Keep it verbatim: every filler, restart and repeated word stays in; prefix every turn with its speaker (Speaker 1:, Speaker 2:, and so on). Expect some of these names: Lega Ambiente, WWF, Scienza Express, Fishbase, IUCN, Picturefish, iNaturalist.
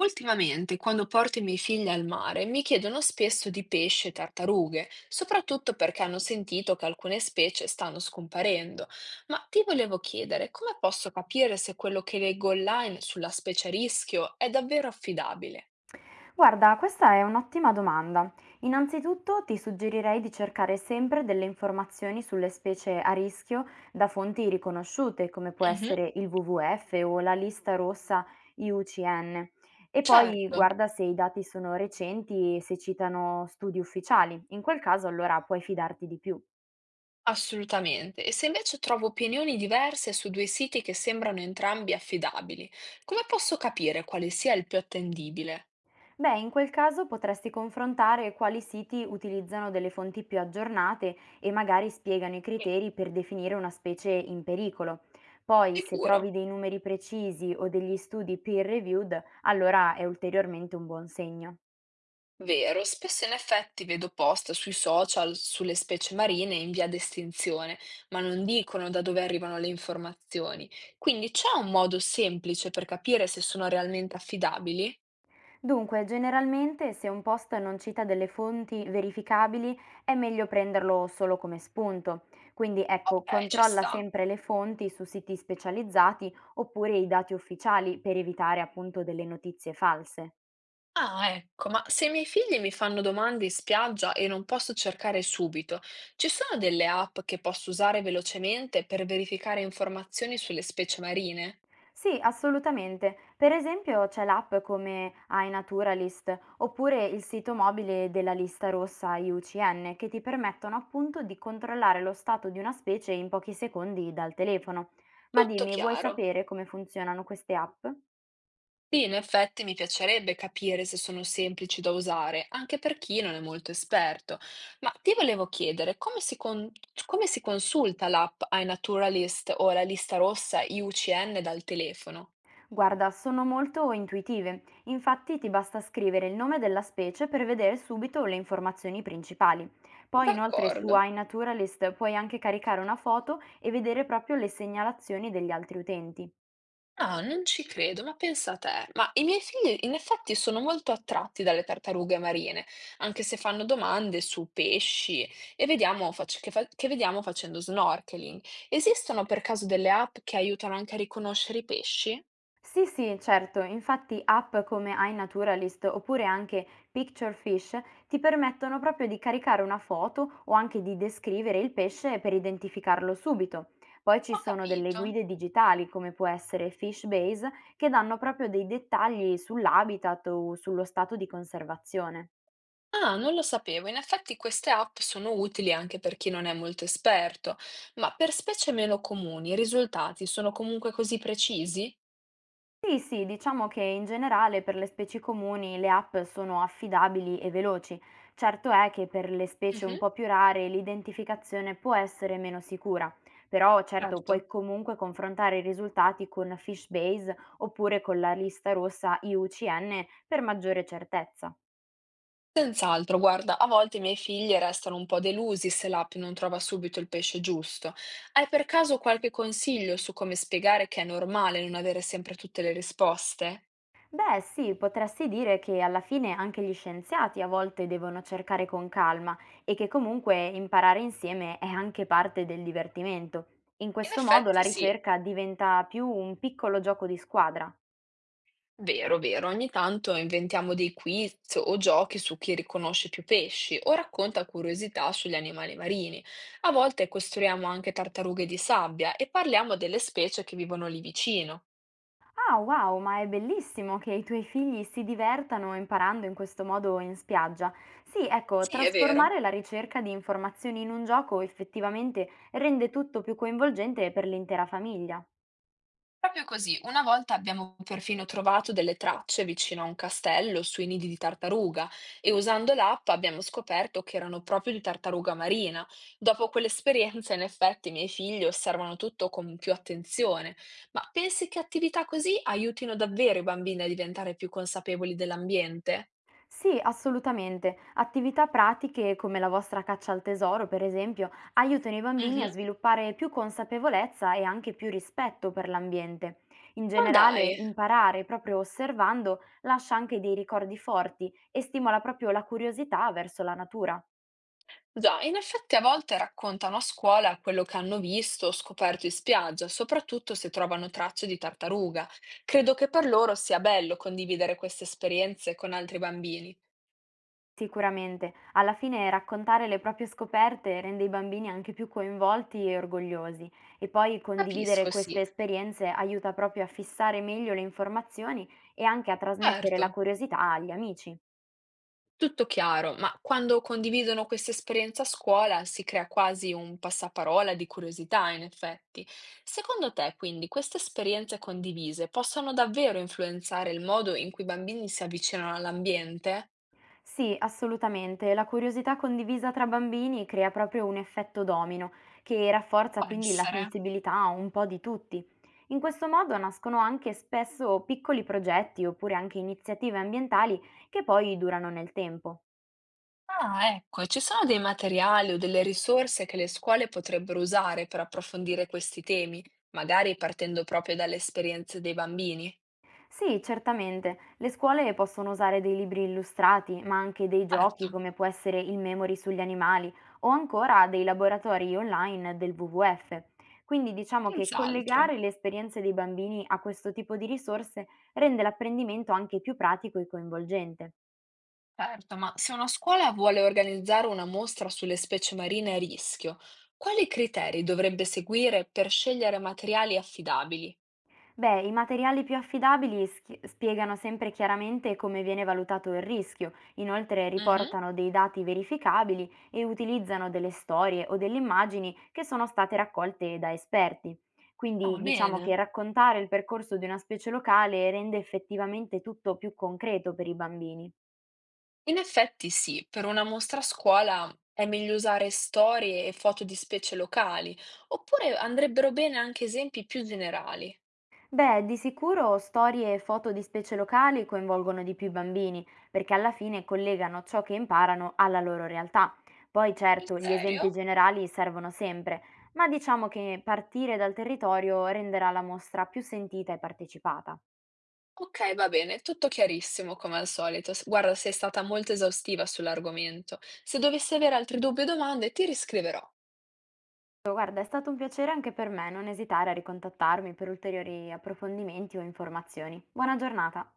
Speaker 1: Ultimamente, quando porto i miei figli al mare, mi chiedono spesso di pesce e tartarughe, soprattutto perché hanno sentito che alcune specie stanno scomparendo. Ma ti volevo chiedere, come posso capire se quello che leggo online sulla specie a rischio è davvero affidabile?
Speaker 2: Guarda, questa è un'ottima domanda. Innanzitutto ti suggerirei di cercare sempre delle informazioni sulle specie a rischio da fonti riconosciute, come può
Speaker 1: Mhm.
Speaker 2: essere il WWF o la lista rossa I U C N. E poi
Speaker 1: Certo,
Speaker 2: guarda se i dati sono recenti e se citano studi ufficiali. In quel caso allora puoi fidarti di più.
Speaker 1: assolutamente. E se invece trovo opinioni diverse su due siti che sembrano entrambi affidabili, come posso capire quale sia il più attendibile?
Speaker 2: Beh, in quel caso potresti confrontare quali siti utilizzano delle fonti più aggiornate e magari spiegano i
Speaker 1: Sì.
Speaker 2: criteri per definire una specie in pericolo. Poi, se
Speaker 1: Sicuro.
Speaker 2: trovi dei numeri precisi o degli studi peer reviewed, allora è ulteriormente un buon segno.
Speaker 1: Vero, spesso in effetti vedo post sui social sulle specie marine in via d'estinzione, ma non dicono da dove arrivano le informazioni. Quindi c'è un modo semplice per capire se sono realmente affidabili?
Speaker 2: Dunque, generalmente se un post non cita delle fonti verificabili è meglio prenderlo solo come spunto. Quindi ecco,
Speaker 1: Ok, ci
Speaker 2: controlla
Speaker 1: sta.
Speaker 2: sempre le fonti su siti specializzati oppure i dati ufficiali per evitare appunto delle notizie false.
Speaker 1: Ah, ecco, ma se i miei figli mi fanno domande in spiaggia e non posso cercare subito, ci sono delle app che posso usare velocemente per verificare informazioni sulle specie marine?
Speaker 2: Sì, assolutamente. Per esempio c'è l'app come iNaturalist oppure il sito mobile della lista rossa I U C N che ti permettono appunto di controllare lo stato di una specie in pochi secondi dal telefono. Ma
Speaker 1: Tutto
Speaker 2: dimmi, vuoi
Speaker 1: chiaro.
Speaker 2: sapere come funzionano queste app?
Speaker 1: Sì, in effetti mi piacerebbe capire se sono semplici da usare, anche per chi non è molto esperto. Ma ti volevo chiedere, come si, con- come si consulta l'app iNaturalist o la lista rossa I U C N dal telefono?
Speaker 2: Guarda, sono molto intuitive, infatti ti basta scrivere il nome della specie per vedere subito le informazioni principali. Poi inoltre su
Speaker 1: D'accordo.
Speaker 2: iNaturalist puoi anche caricare una foto e vedere proprio le segnalazioni degli altri utenti.
Speaker 1: Ah, non ci credo, ma pensa a te. Ma i miei figli in effetti sono molto attratti dalle tartarughe marine, anche se fanno domande su pesci e vediamo fac- che, fa- che vediamo facendo snorkeling. Esistono per caso delle app che aiutano anche a riconoscere i pesci?
Speaker 2: Sì, sì, certo, infatti app come iNaturalist oppure anche Picturefish ti permettono proprio di caricare una foto o anche di descrivere il pesce per identificarlo subito. Poi ci
Speaker 1: Ho
Speaker 2: sono delle
Speaker 1: capito.
Speaker 2: guide digitali come può essere Fishbase che danno proprio dei dettagli sull'habitat o sullo stato di conservazione.
Speaker 1: Ah, non lo sapevo. In effetti queste app sono utili anche per chi non è molto esperto, ma per specie meno comuni i risultati sono comunque così precisi?
Speaker 2: Sì, sì, diciamo che in generale per le specie comuni le app sono affidabili e veloci. Certo è che per le specie un
Speaker 1: Mhm,
Speaker 2: po' più rare l'identificazione può essere meno sicura, però certo
Speaker 1: certo.
Speaker 2: puoi comunque confrontare i risultati con Fishbase oppure con la lista rossa I U C N per maggiore certezza.
Speaker 1: Senz'altro, guarda, a volte i miei figli restano un po' delusi se l'app non trova subito il pesce giusto. Hai per caso qualche consiglio su come spiegare che è normale non avere sempre tutte le risposte?
Speaker 2: Beh, sì, potresti dire che alla fine anche gli scienziati a volte devono cercare con calma e che comunque imparare insieme è anche parte del divertimento. In
Speaker 1: In
Speaker 2: questo modo
Speaker 1: effetti
Speaker 2: la
Speaker 1: sì,
Speaker 2: ricerca diventa più un piccolo gioco di squadra.
Speaker 1: vero, vero, ogni tanto inventiamo dei quiz o giochi su chi riconosce più pesci o racconta curiosità sugli animali marini. A volte costruiamo anche tartarughe di sabbia e parliamo delle specie che vivono lì vicino.
Speaker 2: Ah, wow, ma è bellissimo che i tuoi figli si divertano imparando in questo modo in spiaggia. Sì, ecco,
Speaker 1: Sì, è vero.
Speaker 2: trasformare la ricerca di informazioni in un gioco effettivamente rende tutto più coinvolgente per l'intera famiglia.
Speaker 1: Proprio così, una volta abbiamo perfino trovato delle tracce vicino a un castello sui nidi di tartaruga e usando l'app abbiamo scoperto che erano proprio di tartaruga marina. Dopo quell'esperienza, in effetti, i miei figli osservano tutto con più attenzione. Ma pensi che attività così aiutino davvero i bambini a diventare più consapevoli dell'ambiente?
Speaker 2: Sì, assolutamente. Attività pratiche come la vostra caccia al tesoro, per esempio, aiutano i bambini a
Speaker 1: Mhm.
Speaker 2: sviluppare più consapevolezza e anche più rispetto per l'ambiente. In
Speaker 1: Ma dai!
Speaker 2: generale, imparare proprio osservando lascia anche dei ricordi forti e stimola proprio la curiosità verso la natura.
Speaker 1: Già, in effetti a volte raccontano a scuola quello che hanno visto o scoperto in spiaggia, soprattutto se trovano tracce di tartaruga. Credo che per loro sia bello condividere queste esperienze con altri bambini.
Speaker 2: Sicuramente, alla fine raccontare le proprie scoperte rende i bambini anche più coinvolti e orgogliosi e poi condividere
Speaker 1: Capisco,
Speaker 2: queste
Speaker 1: sì,
Speaker 2: esperienze aiuta proprio a fissare meglio le informazioni e anche a trasmettere la
Speaker 1: certo,
Speaker 2: curiosità agli amici.
Speaker 1: tutto chiaro, ma quando condividono queste esperienze a scuola si crea quasi un passaparola di curiosità, in effetti. Secondo te, quindi, queste esperienze condivise possono davvero influenzare il modo in cui i bambini si avvicinano all'ambiente?
Speaker 2: Sì, assolutamente, la curiosità condivisa tra bambini crea proprio un effetto domino che rafforza
Speaker 1: Può
Speaker 2: quindi la
Speaker 1: essere.
Speaker 2: sensibilità un po' di tutti. In questo modo nascono anche spesso piccoli progetti oppure anche iniziative ambientali che poi durano nel tempo.
Speaker 1: Ah, ecco, e ci sono dei materiali o delle risorse che le scuole potrebbero usare per approfondire questi temi, magari partendo proprio dalle esperienze dei bambini?
Speaker 2: Sì, certamente. Le scuole possono usare dei libri illustrati, ma anche dei
Speaker 1: Certo,
Speaker 2: giochi come può essere il Memory sugli animali o ancora dei laboratori online del WWF. Quindi diciamo che
Speaker 1: senz'altro.
Speaker 2: collegare le esperienze dei bambini a questo tipo di risorse rende l'apprendimento anche più pratico e coinvolgente.
Speaker 1: Certo, ma se una scuola vuole organizzare una mostra sulle specie marine a rischio, quali criteri dovrebbe seguire per scegliere materiali affidabili?
Speaker 2: Beh, i materiali più affidabili schi- spiegano sempre chiaramente come viene valutato il rischio, inoltre
Speaker 1: Mhm.
Speaker 2: riportano dei dati verificabili e utilizzano delle storie o delle immagini che sono state raccolte da esperti.
Speaker 1: Ah,
Speaker 2: Quindi diciamo che
Speaker 1: bene.
Speaker 2: raccontare il percorso di una specie locale rende effettivamente tutto più concreto per i bambini.
Speaker 1: In effetti sì, per una mostra a scuola è meglio usare storie e foto di specie locali, oppure andrebbero bene anche esempi più generali.
Speaker 2: Beh, di sicuro storie e foto di specie locali coinvolgono di più i bambini, perché alla fine collegano ciò che imparano alla loro realtà. Poi
Speaker 1: In
Speaker 2: certo, gli esempi
Speaker 1: serio?
Speaker 2: generali servono sempre, ma diciamo che partire dal territorio renderà la mostra più sentita e partecipata.
Speaker 1: Ok, va bene, tutto chiarissimo come al solito. S- Guarda, sei stata molto esaustiva sull'argomento. Se dovessi avere altri dubbi o domande, ti riscriverò.
Speaker 2: Guarda, è stato un piacere anche per me, non esitare a ricontattarmi per ulteriori approfondimenti o informazioni. Buona giornata!